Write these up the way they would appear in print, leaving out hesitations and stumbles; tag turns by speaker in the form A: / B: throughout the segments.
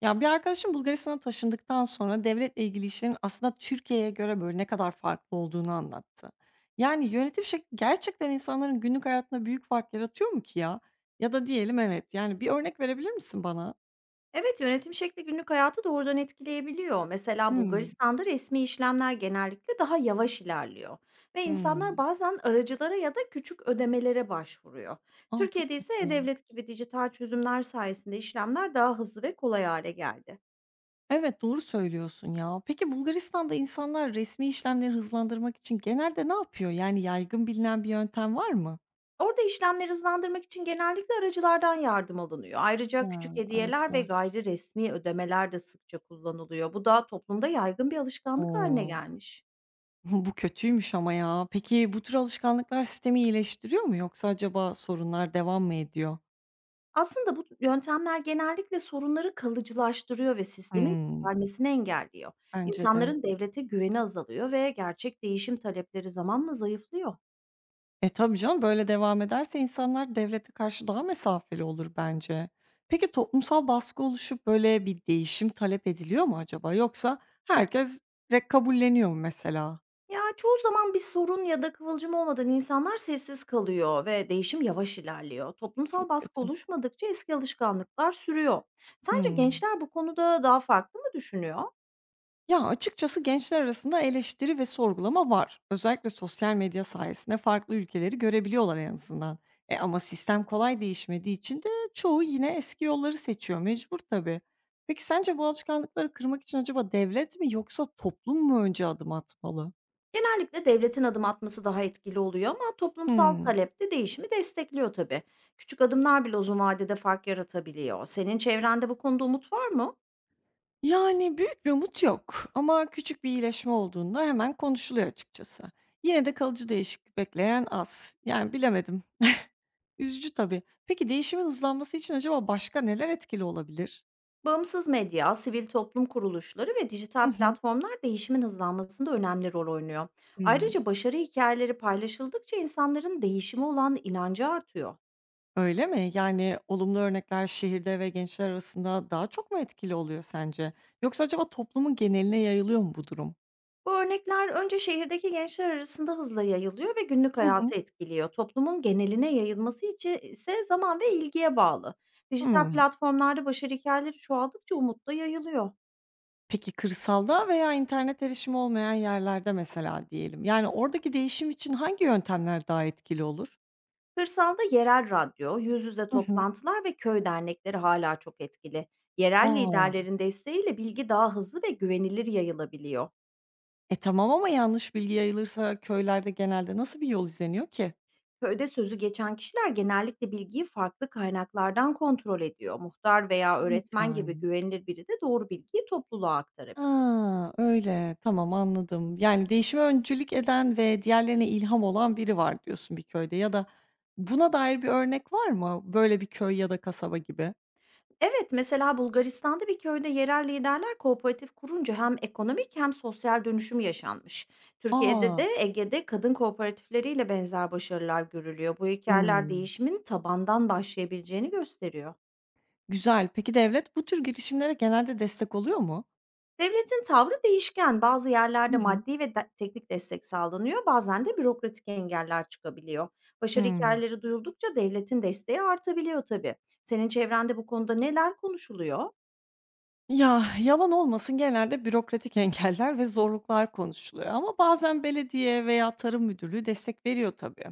A: Ya, bir arkadaşım Bulgaristan'a taşındıktan sonra devletle ilgili işlerin aslında Türkiye'ye göre, böyle, ne kadar farklı olduğunu anlattı. Yani yönetim şekli gerçekten insanların günlük hayatında büyük fark yaratıyor mu ki ya? Ya da diyelim evet, yani bir örnek verebilir misin bana?
B: Evet, yönetim şekli günlük hayatı doğrudan etkileyebiliyor. Mesela
A: Hmm.
B: Bulgaristan'da resmi işlemler genellikle daha yavaş ilerliyor ve insanlar
A: Hımm.
B: bazen aracılara ya da küçük ödemelere başvuruyor.
A: A, çok
B: Türkiye'de ise
A: kötü.
B: e-devlet gibi dijital çözümler sayesinde işlemler daha hızlı ve kolay hale geldi.
A: Evet, doğru söylüyorsun ya. Peki Bulgaristan'da insanlar resmi işlemleri hızlandırmak için genelde ne yapıyor? Yani yaygın bilinen bir yöntem var mı?
B: Orada işlemleri hızlandırmak için genellikle aracılardan yardım alınıyor. Ayrıca
A: Ha,
B: küçük hediyeler ve
A: aracılar.
B: gayri resmi ödemeler de sıkça kullanılıyor. Bu da toplumda yaygın bir alışkanlık haline
A: O!
B: gelmiş.
A: Bu kötüymüş ama ya. Peki bu tür alışkanlıklar sistemi iyileştiriyor mu yoksa acaba sorunlar devam mı ediyor?
B: Aslında bu yöntemler genellikle sorunları kalıcılaştırıyor ve sistemin
A: Hımm.
B: vermesini engelliyor.
A: Bence de.
B: İnsanların devlete güveni azalıyor ve gerçek değişim talepleri zamanla zayıflıyor.
A: Tabii canım, böyle devam ederse insanlar devlete karşı daha mesafeli olur bence. Peki toplumsal baskı oluşup böyle bir değişim talep ediliyor mu acaba yoksa herkes direkt kabulleniyor mu mesela?
B: Ya çoğu zaman bir sorun ya da kıvılcım olmadan insanlar sessiz kalıyor ve değişim yavaş ilerliyor.
A: Çok
B: Toplumsal baskı
A: kötü.
B: oluşmadıkça eski alışkanlıklar sürüyor. Sence
A: Hımm.
B: gençler bu konuda daha farklı mı düşünüyor?
A: Ya, açıkçası gençler arasında eleştiri ve sorgulama var. Özellikle sosyal medya sayesinde farklı ülkeleri görebiliyorlar en azından. Ama sistem kolay değişmediği için de çoğu yine eski yolları seçiyor, mecbur tabii. Peki sence bu alışkanlıkları kırmak için acaba devlet mi yoksa toplum mu önce adım atmalı?
B: Genellikle devletin adım atması daha etkili oluyor ama toplumsal
A: Hımm.
B: talep de değişimi destekliyor tabii. Küçük adımlar bile uzun vadede fark yaratabiliyor. Senin çevrende bu konuda umut var mı?
A: Yani büyük bir umut yok ama küçük bir iyileşme olduğunda hemen konuşuluyor açıkçası. Yine de kalıcı değişiklik bekleyen az. Yani bilemedim. Üzücü tabii. Peki değişimin hızlanması için acaba başka neler etkili olabilir?
B: Bağımsız medya, sivil toplum kuruluşları ve
A: Hı
B: dijital
A: hı.
B: platformlar değişimin hızlanmasında önemli rol oynuyor.
A: Hımm,
B: Ayrıca başarı hikayeleri paylaşıldıkça insanların değişime olan inancı artıyor.
A: öyle mi? Yani olumlu örnekler şehirde ve gençler arasında daha çok mu etkili oluyor sence? Yoksa acaba toplumun geneline yayılıyor mu bu durum?
B: Bu örnekler önce şehirdeki gençler arasında hızla yayılıyor ve günlük
A: Hı hı.
B: hayatı etkiliyor. Toplumun geneline yayılması için ise zaman ve ilgiye bağlı. Dijital
A: Hımm.
B: platformlarda başarı hikayeleri çoğaldıkça umut da yayılıyor.
A: Peki kırsalda veya internet erişimi olmayan yerlerde mesela diyelim, yani oradaki değişim için hangi yöntemler daha etkili olur?
B: Kırsalda yerel radyo, yüz yüze
A: Hı hı.
B: toplantılar ve köy dernekleri hala çok etkili. Yerel
A: Aa.
B: liderlerin desteğiyle bilgi daha hızlı ve güvenilir yayılabiliyor.
A: Tamam, ama yanlış bilgi yayılırsa köylerde genelde nasıl bir yol izleniyor ki?
B: Köyde sözü geçen kişiler genellikle bilgiyi farklı kaynaklardan kontrol ediyor. Muhtar veya
A: Nasıl
B: öğretmen gibi
A: yani?
B: güvenilir biri de doğru bilgiyi topluluğa aktarabilir.
A: A! Öyle. Tamam, anladım. Yani, değişime öncülük eden ve diğerlerine ilham olan biri var diyorsun bir köyde ya da buna dair bir örnek var mı? Böyle bir köy ya da kasaba gibi.
B: Evet, mesela Bulgaristan'da bir köyde yerel liderler kooperatif kurunca hem ekonomik hem sosyal dönüşüm yaşanmış. Türkiye'de
A: A!
B: de Ege'de kadın kooperatifleriyle benzer başarılar görülüyor. Bu hikayeler
A: Hımm.
B: değişimin tabandan başlayabileceğini gösteriyor.
A: Güzel. Peki devlet bu tür girişimlere genelde destek oluyor mu?
B: Devletin tavrı değişken. Bazı
A: Hı
B: yerlerde
A: hı.
B: maddi ve teknik destek sağlanıyor, bazen de bürokratik engeller çıkabiliyor. Başarı
A: Hımm.
B: hikayeleri duyuldukça devletin desteği artabiliyor tabii. Senin çevrende bu konuda neler konuşuluyor?
A: Ya, yalan olmasın, genelde bürokratik engeller ve zorluklar konuşuluyor ama bazen belediye veya tarım müdürlüğü destek veriyor tabii.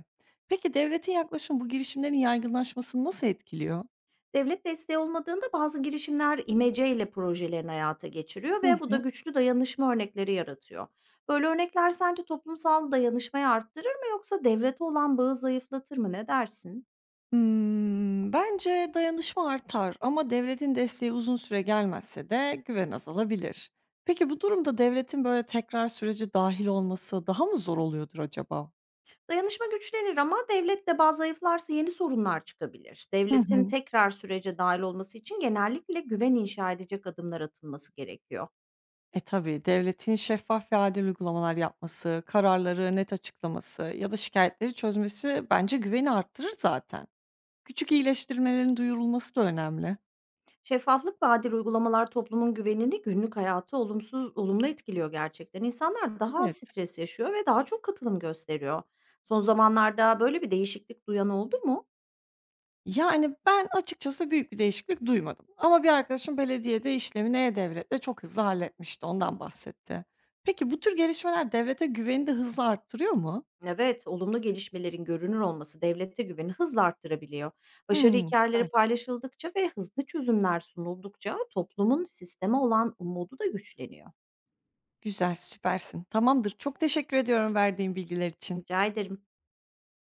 A: Peki devletin yaklaşımı bu girişimlerin yaygınlaşmasını nasıl etkiliyor?
B: Devlet desteği olmadığında bazı girişimler imeceyle projelerini hayata geçiriyor
A: Hı
B: ve bu da
A: hı.
B: güçlü dayanışma örnekleri yaratıyor. Böyle örnekler sence toplumsal dayanışmayı arttırır mı yoksa devlete olan bağı zayıflatır mı ne dersin?
A: Hımm, bence dayanışma artar ama devletin desteği uzun süre gelmezse de güven azalabilir. Peki bu durumda devletin böyle tekrar sürece dahil olması daha mı zor oluyordur acaba?
B: Dayanışma güçlenir ama devlet de bazı zayıflarsa yeni sorunlar çıkabilir.
A: Hı
B: Devletin
A: hı.
B: tekrar sürece dahil olması için genellikle güven inşa edecek adımlar atılması gerekiyor.
A: Tabii, devletin şeffaf ve adil uygulamalar yapması, kararları net açıklaması ya da şikayetleri çözmesi bence güveni arttırır zaten. Küçük iyileştirmelerin duyurulması da önemli.
B: Şeffaflık ve adil uygulamalar toplumun güvenini günlük hayatı olumsuz olumlu etkiliyor gerçekten. İnsanlar daha az
A: Evet.
B: stres yaşıyor ve daha çok katılım gösteriyor. Son zamanlarda böyle bir değişiklik duyan oldu mu?
A: Yani, ben açıkçası büyük bir değişiklik duymadım ama bir arkadaşım belediyede işlemini e-Devlet'le çok hızlı halletmişti, ondan bahsetti. Peki bu tür gelişmeler devlete güveni de hızla arttırıyor mu?
B: Evet, olumlu gelişmelerin görünür olması devlette güveni hızla arttırabiliyor. Başarı
A: Hımm, güzel.
B: hikayeleri paylaşıldıkça ve hızlı çözümler sunuldukça toplumun sisteme olan umudu da güçleniyor.
A: Güzel, süpersin. Tamamdır, çok teşekkür ediyorum verdiğin bilgiler için.
B: Rica ederim.